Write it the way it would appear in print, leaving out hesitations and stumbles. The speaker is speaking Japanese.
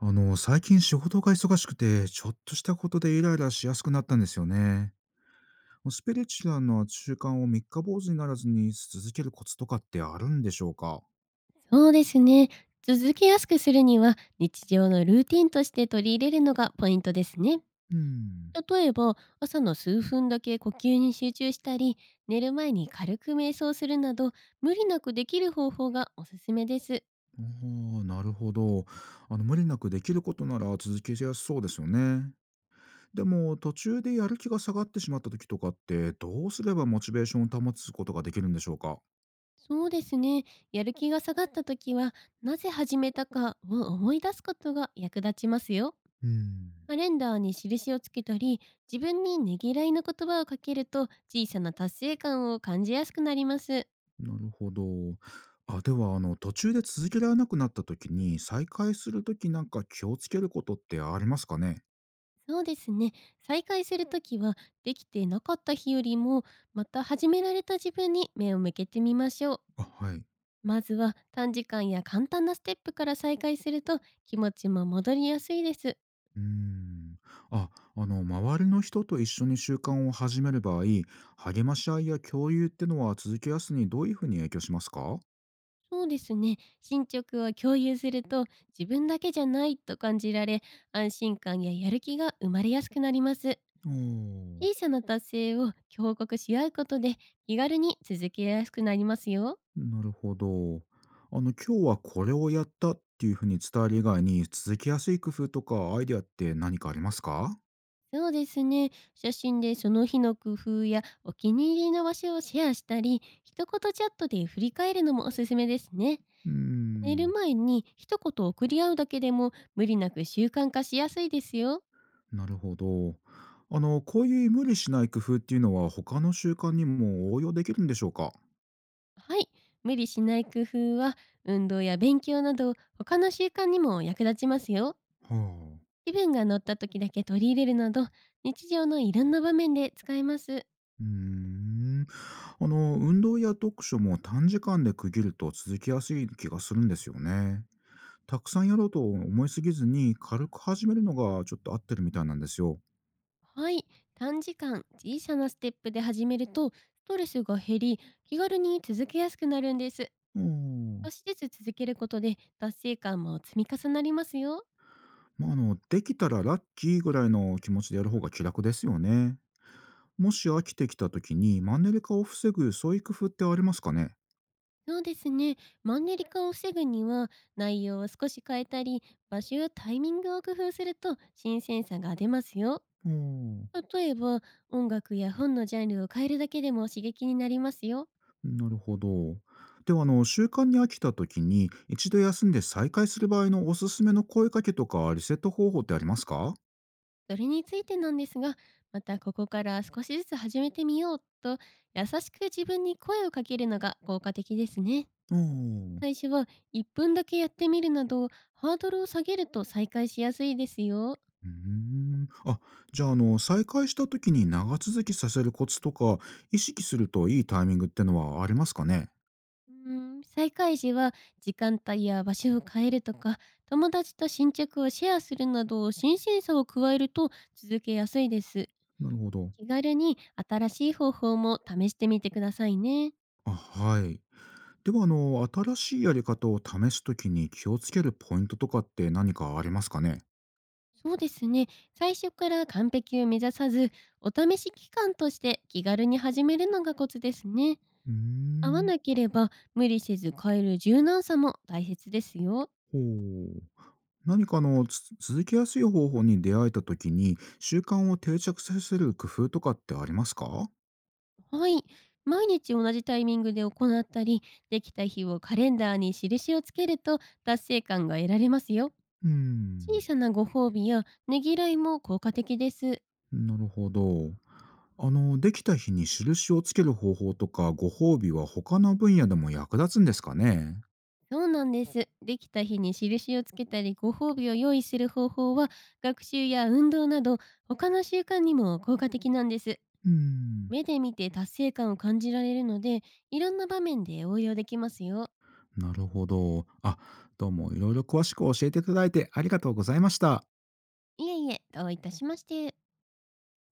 最近仕事が忙しくて、ちょっとしたことでイライラしやすくなったんですよね。スピリチュアルな習慣を三日坊主にならずに続けるコツとかってあるんでしょうか？そうですね。続けやすくするには日常のルーティンとして取り入れるのがポイントですね。うん。例えば朝の数分だけ呼吸に集中したり、寝る前に軽く瞑想するなど、無理なくできる方法がおすすめです。ああ、なるほど。無理なくできることなら続けやすそうですよね。でも、途中でやる気が下がってしまった時とかって、どうすればモチベーションを保つことができるんでしょうか？そうですね。やる気が下がった時は、なぜ始めたかを思い出すことが役立ちますよ。うん。カレンダーに印をつけたり、自分にねぎらいの言葉をかけると小さな達成感を感じやすくなります。なるほど。では、途中で続けられなくなった時に、再開する時なんか気をつけることってありますかね？そうですね。再開するときは、できてなかった日よりも、また始められた自分に目を向けてみましょう。あ、はい。まずは短時間や簡単なステップから再開すると気持ちも戻りやすいです。うーん。あ、周りの人と一緒に習慣を始める場合、励まし合いや共有ってのは続けやすにどういうふうに影響しますか？そうですね。進捗を共有すると自分だけじゃないと感じられ、安心感ややる気が生まれやすくなります。ああ、小さな達成を強告し合うことで気軽に続けやすくなりますよ。なるほど。今日はこれをやったっていうふうに伝える以外に、続けやすい工夫とかアイデアって何かありますか？そうですね。写真でその日の工夫やお気に入りの場所をシェアしたり、一言チャットで振り返るのもおすすめですね。うー寝るん。前に一言送り合うだけでも無理なく習慣化しやすいですよ。なるほど。こういう無理しない工夫っていうのは他の習慣にも応用できるんでしょうかは？はい。無理しない工夫は、運動や勉強など他の習慣にも役立ちますよ。あ、気分が乗った時だけ取り入れるなど、日常のいろんな場面で使えます。うーん。運動や読書も短時間で区切ると続きやすい気がするんですよね。たくさんやろうと思いすぎずに軽く始めるのがちょっと合ってるみたいなんですよ。はい、短時間小さなステップで始めるとストレスが減り、気軽に続けやすくなるんです。うん。少しずつ続けることで達成感も積み重なりますよ。まあ、できたらラッキーぐらいの気持ちでやる方が気楽ですよね。もし飽きてきた時にマンネリ化を防ぐそういう工夫ってありますかね？そうですね。マンネリ化を防ぐには、内容を少し変えたり、場所やタイミングを工夫すると新鮮さが出ますよ。うん。例えば音楽や本のジャンルを変えるだけでも刺激になりますよ。なるほど。ではあの習慣に飽きた時に一度休んで再開する場合のおすすめの声かけとかリセット方法ってありますか？それについてなんですが、またここから少しずつ始めてみようと、優しく自分に声をかけるのが効果的ですね。おーう最初は1分だけやってみるなど、ハードルを下げると再開しやすいですよ。ーん。あ、じゃあ、再開した時に長続きさせるコツとか意識するといいタイミングってのはありますかね？うー再開時は時間帯や場所を変えるとか、友達と新着をシェアするなど、新鮮さを加えると続けやすいです。なるほど。気軽に新しい方法も試してみてくださいね。あ、はい。ではあの新しいやり方を試す時に気をつけるポイントとかって何かありますかね？そうですね。最初から完璧を目指さず、お試し期間として気軽に始めるのがコツですね。うー合わん。なければ無理せず変える柔軟さも大切ですよ。ほう。何かあのつ続きやすい方法に出会えた時に、習慣を定着させる工夫とかってありますか？はい。毎日同じタイミングで行ったり、できた日をカレンダーに印をつけると達成感が得られますよ。うー小ん、さなご褒美やねぎらいも効果的です。なるほど。できた日に印をつける方法とか、ご褒美は他の分野でも役立つんですかね？そうなんです。できた日に印をつけたりご褒美を用意する方法は、学習や運動など他の習慣にも効果的なんです。うーん、目で見て達成感を感じられるので、いろんな場面で応用できますよ。なるほど。あ、どうもいろいろ詳しく教えていただいてありがとうございました。いえいえ、どういたしまして。